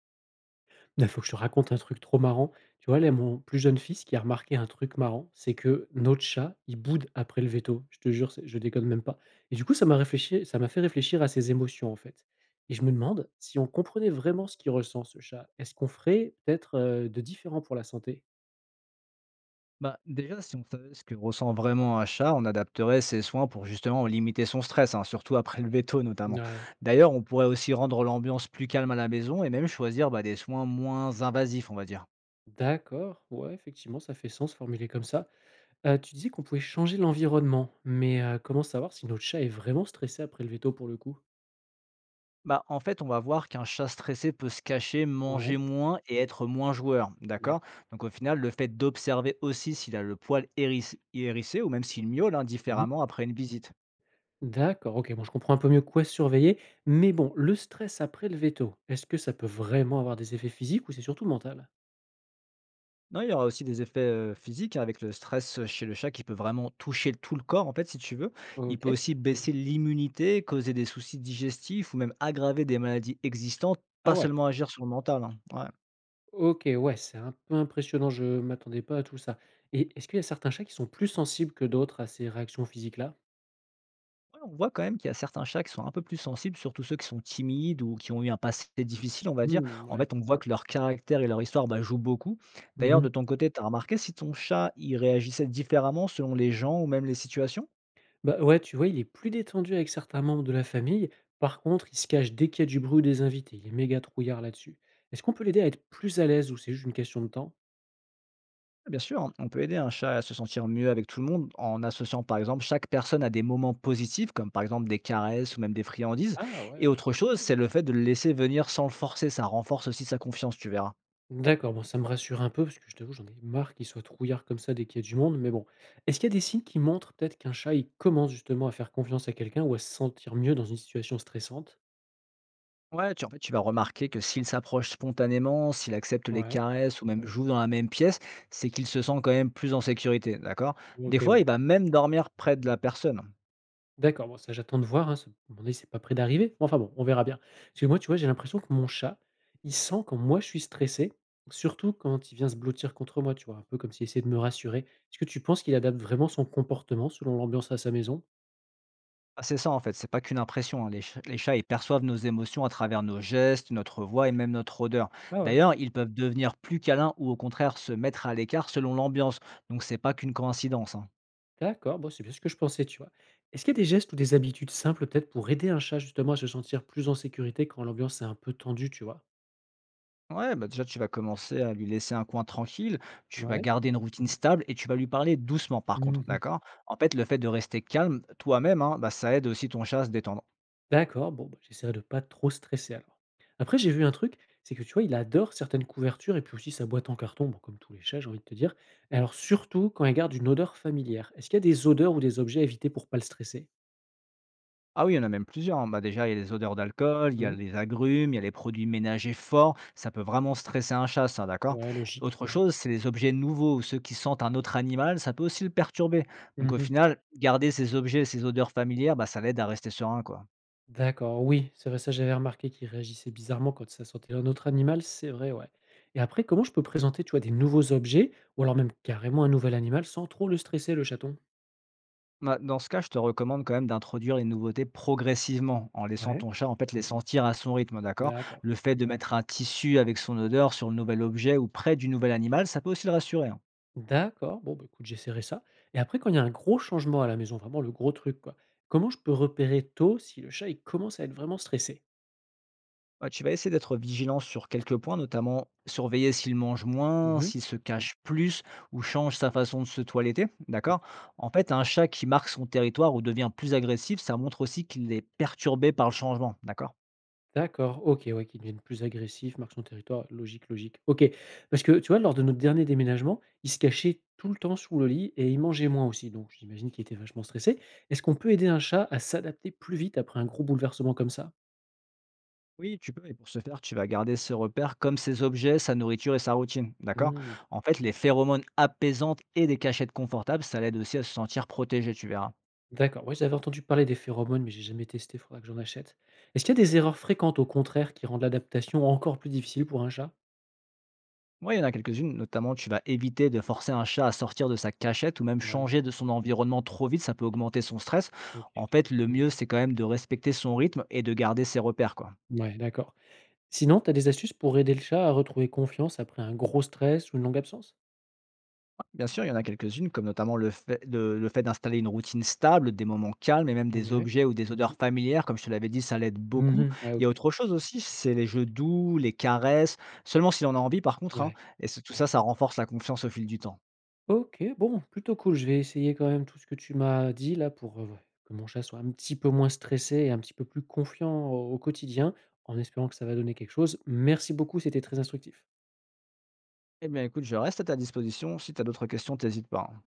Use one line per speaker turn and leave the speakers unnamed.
Il faut que je te raconte un truc trop marrant. Tu vois, là, mon plus jeune fils qui a remarqué un truc marrant, c'est que notre chat, il boude après le veto. Je te jure, c'est je déconne même pas. Et du coup, ça m'a fait réfléchir à ses émotions, en fait. Et je me demande si on comprenait vraiment ce qu'il ressent, ce chat, est-ce qu'on ferait peut-être, de différent pour la santé?
Bah, déjà, si on savait ce que ressent vraiment un chat, on adapterait ses soins pour justement limiter son stress, hein, surtout après le veto notamment.
Ouais.
D'ailleurs, on pourrait aussi rendre l'ambiance plus calme à la maison et même choisir des soins moins invasifs, on va dire.
D'accord, ouais, effectivement, ça fait sens formulé comme ça. Tu disais qu'on pouvait changer l'environnement, mais comment savoir si notre chat est vraiment stressé après le veto, pour le coup?
En fait, on va voir qu'un chat stressé peut se cacher, manger
Ouais,
moins et être moins joueur, d'accord?
d'accord.
Donc au final, le fait d'observer aussi s'il a le poil hérissé ou même s'il miaule, hein,
Mmh.
différemment après une visite.
D'accord, OK, bon, je comprends un peu mieux quoi surveiller, mais bon, le stress après le veto, est-ce que ça peut vraiment avoir des effets physiques ou c'est surtout mental?
Non, il y aura aussi des effets, physiques, hein, avec le stress, chez le chat, qui peut vraiment toucher tout le corps en fait, si tu veux. Il peut
OK.
aussi baisser l'immunité, causer des soucis digestifs ou même aggraver des maladies existantes,
Ah
pas
ouais.
seulement agir sur le mental, hein. Ouais.
OK, ouais, c'est un peu impressionnant, je m'attendais pas à tout ça, et est-ce qu'il y a certains chats qui sont plus sensibles que d'autres à ces réactions physiques-là?
Ouais, on voit quand même qu'il y a certains chats qui sont un peu plus sensibles, surtout ceux qui sont timides ou qui ont eu un passé difficile, on va dire.
Mmh,
En
ouais.
fait, on voit que leur caractère et leur histoire, jouent beaucoup. D'ailleurs, de
Mmh.
ton côté, tu as remarqué si ton chat, il réagissait différemment selon les gens ou même les situations?
Bah, ouais, tu vois, il est plus détendu avec certains membres de la famille. Par contre, il se cache dès qu'il y a du bruit ou des invités. Il est méga trouillard là-dessus. Est-ce qu'on peut l'aider à être plus à l'aise ou c'est juste une question de temps?
Bien sûr, on peut aider un chat à se sentir mieux avec tout le monde en associant par exemple chaque personne à des moments positifs, comme par exemple des caresses ou même des friandises.
Ah
Et
ouais.
autre chose, c'est le fait de le laisser venir sans le forcer, ça renforce aussi sa confiance, tu verras.
D'accord, bon, ça me rassure un peu parce que je t'avoue, j'en ai marre qu'il soit trouillard comme ça dès qu'il y a du monde, mais bon. Est-ce qu'il y a des signes qui montrent peut-être qu'un chat, il commence justement à faire confiance à quelqu'un ou à se sentir mieux dans une situation stressante?
En fait, tu vas remarquer que s'il s'approche spontanément, s'il accepte les
Ouais,
caresses ou même joue dans la même pièce, c'est qu'il se sent quand même plus en sécurité, d'accord. Des
OK,
fois,
ouais.
il va même dormir près de la personne.
D'accord, bon, ça j'attends de voir, hein, ça à mon avis, c'est pas près d'arriver. Enfin bon, on verra bien. Parce que moi, tu vois, j'ai l'impression que mon chat, il sent quand moi je suis stressé, surtout quand il vient se blottir contre moi, tu vois, un peu comme s'il essayait de me rassurer. Est-ce que tu penses qu'il adapte vraiment son comportement selon l'ambiance à sa maison?
Ah, c'est ça, en fait, c'est pas qu'une impression, hein. Les chats, ils perçoivent nos émotions à travers nos gestes, notre voix et même notre odeur.
Ah ouais.
D'ailleurs, ils peuvent devenir plus câlins ou au contraire se mettre à l'écart selon l'ambiance. Donc c'est pas qu'une coïncidence, hein.
D'accord, bon, c'est bien ce que je pensais, tu vois. Est-ce qu'il y a des gestes ou des habitudes simples peut-être pour aider un chat justement à se sentir plus en sécurité quand l'ambiance est un peu tendue, tu vois?
Ouais, déjà tu vas commencer à lui laisser un coin tranquille, tu vas
Ouais.
garder une routine stable et tu vas lui parler doucement par contre,
Mhm.
d'accord? En fait, le fait de rester calme toi-même, hein, ça aide aussi ton chat à se détendre.
D'accord, bon, bah, j'essaierai de pas trop stresser alors. Après, j'ai vu un truc, c'est que tu vois, il adore certaines couvertures et puis aussi sa boîte en carton, bon, comme tous les chats, j'ai envie de te dire. Et alors, surtout quand il garde une odeur familière. Est-ce qu'il y a des odeurs ou des objets à éviter pour pas le stresser?
Ah oui, il y en a même plusieurs. Déjà, il y a les odeurs d'alcool, il y a
Mhm.
les agrumes, il y a les produits ménagers forts. Ça peut vraiment stresser un chat, ça, d'accord?
Ouais, logique.
Autre. Mhm. Chose, c'est les objets nouveaux ou ceux qui sentent un autre animal. Ça peut aussi le perturber. Donc, au
Mhm.
final, garder ces objets, ces odeurs familières, ça l'aide à rester serein, quoi.
D'accord, oui, c'est vrai, ça j'avais remarqué qu'il réagissait bizarrement quand ça sentait un autre animal, c'est vrai, ouais. Et après, comment je peux présenter, tu vois, des nouveaux objets ou alors même carrément un nouvel animal sans trop le stresser, le chaton?
Bah, dans ce cas, je te recommande quand même d'introduire les nouveautés progressivement, en laissant
Ouais.
ton chat, en fait, les sentir à son rythme, d'accord?
D'accord.
Le fait de mettre un tissu avec son odeur sur le nouvel objet ou près du nouvel animal, ça peut aussi le rassurer, hein.
D'accord, bon, bah, écoute, j'essaierai ça. Et après, quand il y a un gros changement à la maison, vraiment le gros truc, quoi, comment je peux repérer tôt si le chat, il commence à être vraiment stressé?
Ouais, tu vas essayer d'être vigilant sur quelques points, notamment surveiller s'il mange moins,
Mhm.
s'il se cache plus ou change sa façon de se toiletter, d'accord? En fait, un chat qui marque son territoire ou devient plus agressif, ça montre aussi qu'il est perturbé par le changement, d'accord?
D'accord, OK, ouais, qui deviennent plus agressifs, marquent son territoire, logique, logique. OK, parce que tu vois, lors de notre dernier déménagement, il se cachait tout le temps sous le lit et il mangeait moins aussi, donc j'imagine qu'il était vachement stressé. Est-ce qu'on peut aider un chat à s'adapter plus vite après un gros bouleversement comme ça?
Oui, tu peux, et pour ce faire, tu vas garder ses repères comme ses objets, sa nourriture et sa routine, d'accord?
Mmh,
En fait, les phéromones apaisantes et des cachettes confortables, ça l'aide aussi à se sentir protégé, tu verras.
d'accord, ouais, j'avais entendu parler des phéromones, mais j'ai jamais testé, faudra que j'en achète. Est-ce qu'il y a des erreurs fréquentes, au contraire, qui rendent l'adaptation encore plus difficile pour un chat?
Oui, il y en a quelques-unes, notamment tu vas éviter de forcer un chat à sortir de sa cachette ou même
Ouais,
changer de son environnement trop vite, ça peut augmenter son stress. En
ok.
fait, le mieux, c'est quand même de respecter son rythme et de garder ses repères, quoi.
Ouais, d'accord. Sinon, tu as des astuces pour aider le chat à retrouver confiance après un gros stress ou une longue absence?
Bien sûr, il y en a quelques-unes, comme notamment le fait d'installer une routine stable, des moments calmes et même des
Ouais.
objets ou des odeurs familières, comme je te l'avais dit, ça l'aide
Mmh
beaucoup.
mh. Ouais,
Il y a
OK.
autre chose aussi, c'est les jeux doux, les caresses, seulement s'il en a envie par contre, hein.
Ouais.
Tout ça, ça renforce la confiance au fil du temps.
OK, bon, plutôt cool. Je vais essayer quand même tout ce que tu m'as dit là pour, que mon chat soit un petit peu moins stressé et un petit peu plus confiant au quotidien, en espérant que ça va donner quelque chose. Merci beaucoup, c'était très instructif.
Eh bien écoute, je reste à ta disposition, si tu as d'autres questions, t'hésites pas, hein.